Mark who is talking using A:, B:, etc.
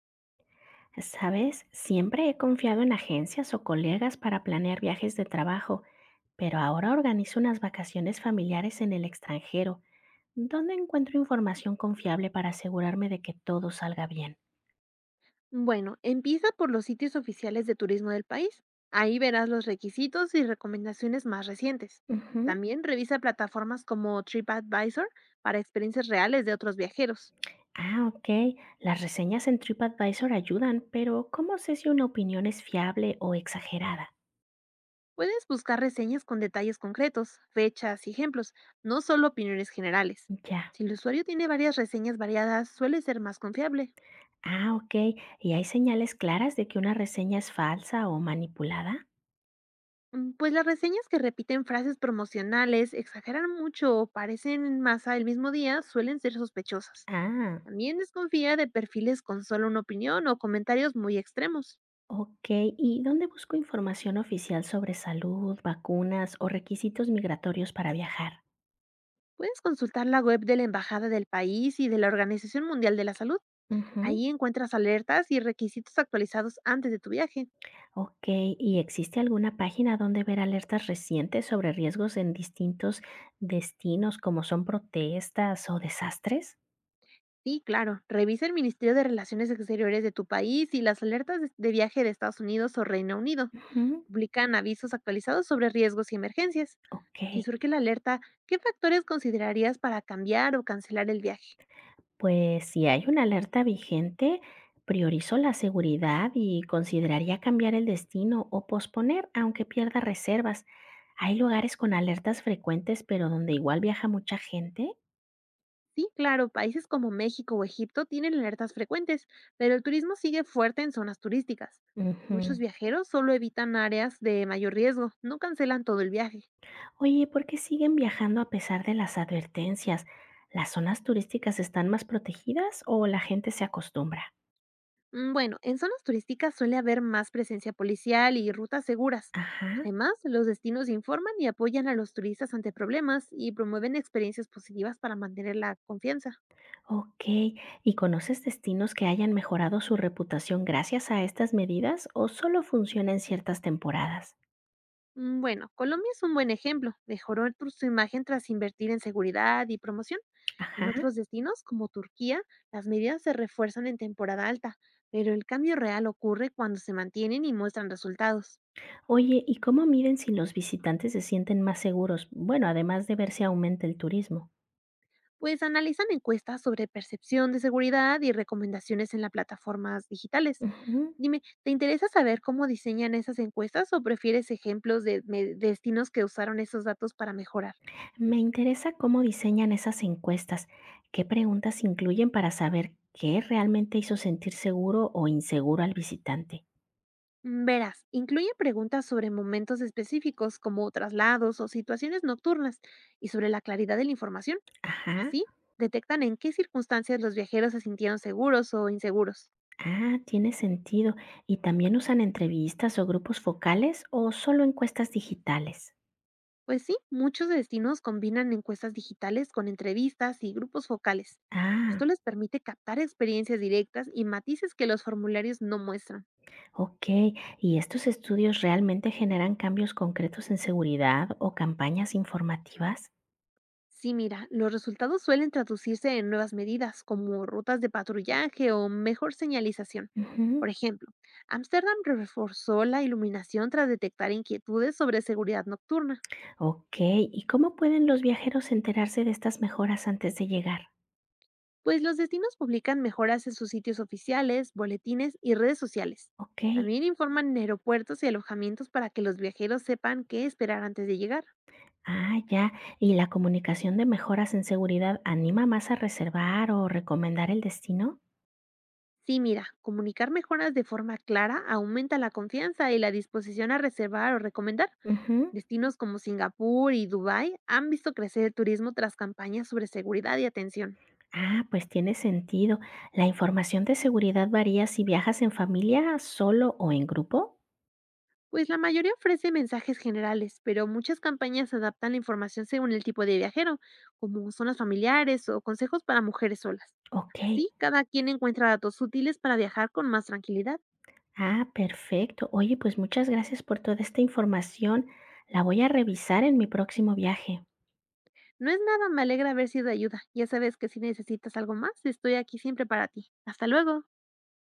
A: Sabes, siempre he confiado en agencias o colegas para planear viajes de trabajo, pero ahora organizo unas vacaciones familiares en el extranjero. ¿Dónde encuentro información confiable para asegurarme de que todo salga bien?
B: Bueno, empieza por los sitios oficiales de turismo del país. Ahí verás los requisitos y recomendaciones más recientes.
A: Ujú.
B: También revisa plataformas como TripAdvisor para experiencias reales de otros viajeros.
A: Ah, ok. Las reseñas en TripAdvisor ayudan, pero ¿cómo sé si una opinión es fiable o exagerada?
B: Puedes buscar reseñas con detalles concretos, fechas y ejemplos, no solo opiniones generales.
A: Ya.
B: Si el usuario tiene varias reseñas variadas, suele ser más confiable.
A: Ah, ok. ¿Y hay señales claras de que una reseña es falsa o manipulada?
B: Pues las reseñas que repiten frases promocionales, exageran mucho o parecen en masa el mismo día, suelen ser sospechosas.
A: Ah.
B: También desconfía de perfiles con solo una opinión o comentarios muy extremos.
A: Ok, ¿y dónde busco información oficial sobre salud, vacunas o requisitos migratorios para viajar?
B: Puedes consultar la web de la Embajada del país y de la Organización Mundial de la Salud.
A: Ujú.
B: Ahí encuentras alertas y requisitos actualizados antes de tu viaje.
A: Ok, ¿y existe alguna página donde ver alertas recientes sobre riesgos en distintos destinos, como son protestas o desastres?
B: Sí, claro, revisa el Ministerio de Relaciones Exteriores de tu país y las alertas de viaje de Estados Unidos o Reino Unido.
A: Ujú.
B: Publican avisos actualizados sobre riesgos y emergencias.
A: Ok.
B: Si surge la alerta, ¿qué factores considerarías para cambiar o cancelar el viaje?
A: Pues si hay una alerta vigente, priorizo la seguridad y consideraría cambiar el destino o posponer aunque pierda reservas. Hay lugares con alertas frecuentes, pero donde igual viaja mucha gente.
B: Sí, claro, países como México o Egipto tienen alertas frecuentes, pero el turismo sigue fuerte en zonas turísticas.
A: Ujú.
B: Muchos viajeros solo evitan áreas de mayor riesgo, no cancelan todo el viaje.
A: Oye, ¿por qué siguen viajando a pesar de las advertencias? ¿Las zonas turísticas están más protegidas o la gente se acostumbra?
B: Bueno, en zonas turísticas suele haber más presencia policial y rutas seguras.
A: Ajá,
B: Además, los destinos informan y apoyan a los turistas ante problemas y promueven experiencias positivas para mantener la confianza.
A: ok. ¿Y conoces destinos que hayan mejorado su reputación gracias a estas medidas o solo funciona en ciertas temporadas?
B: Bueno, Colombia es un buen ejemplo. Mejoró su imagen tras invertir en seguridad y promoción. En
A: Ajá.
B: otros destinos, como Turquía, las medidas se refuerzan en temporada alta, pero el cambio real ocurre cuando se mantienen y muestran resultados.
A: Oye, ¿y cómo miden si los visitantes se sienten más seguros? Bueno, además de ver si aumenta el turismo.
B: Pues analizan encuestas sobre percepción de seguridad y recomendaciones en las plataformas digitales.
A: Ujú.
B: Dime, ¿te interesa saber cómo diseñan esas encuestas o prefieres ejemplos de destinos que usaron esos datos para mejorar?
A: Me interesa cómo diseñan esas encuestas, qué preguntas incluyen para saber qué realmente hizo sentir seguro o inseguro al visitante.
B: Verás, incluye preguntas sobre momentos específicos como traslados o situaciones nocturnas y sobre la claridad de la información.
A: Ajá.
B: Así, detectan en qué circunstancias los viajeros se sintieron seguros o inseguros.
A: Ah, tiene sentido. ¿Y también usan entrevistas o grupos focales o solo encuestas digitales?
B: Pues sí, muchos destinos combinan encuestas digitales con entrevistas y grupos focales.
A: Ah.
B: Esto les permite captar experiencias directas y matices que los formularios no muestran.
A: Ok, ¿y estos estudios realmente generan cambios concretos en seguridad o campañas informativas?
B: Sí, mira, los resultados suelen traducirse en nuevas medidas como rutas de patrullaje o mejor señalización.
A: Ujú.
B: Por ejemplo, Ámsterdam reforzó la iluminación tras detectar inquietudes sobre seguridad nocturna,
A: Ok, ¿y cómo pueden los viajeros enterarse de estas mejoras antes de llegar?
B: pues los destinos publican mejoras en sus sitios oficiales, boletines y redes sociales.
A: Ok,
B: También informan en aeropuertos y alojamientos para que los viajeros sepan qué esperar antes de llegar.
A: ah, ya, ¿y la comunicación de mejoras en seguridad anima más a reservar o recomendar el destino?
B: Sí, mira, comunicar mejoras de forma clara aumenta la confianza y la disposición a reservar o recomendar.
A: Ujú.
B: Destinos como Singapur y Dubái han visto crecer el turismo tras campañas sobre seguridad y atención.
A: Ah, pues tiene sentido. ¿La información de seguridad varía si viajas en familia, solo o en grupo?
B: Pues la mayoría ofrece mensajes generales, pero muchas campañas adaptan la información según el tipo de viajero, como zonas familiares o consejos para mujeres solas.
A: Ok.
B: Así, cada quien encuentra datos útiles para viajar con más tranquilidad.
A: Ah, perfecto. Oye, pues muchas gracias por toda esta información. La voy a revisar en mi próximo viaje.
B: No es nada, me alegra haber sido de ayuda. Ya sabes que si necesitas algo más, estoy aquí siempre para ti. Hasta luego.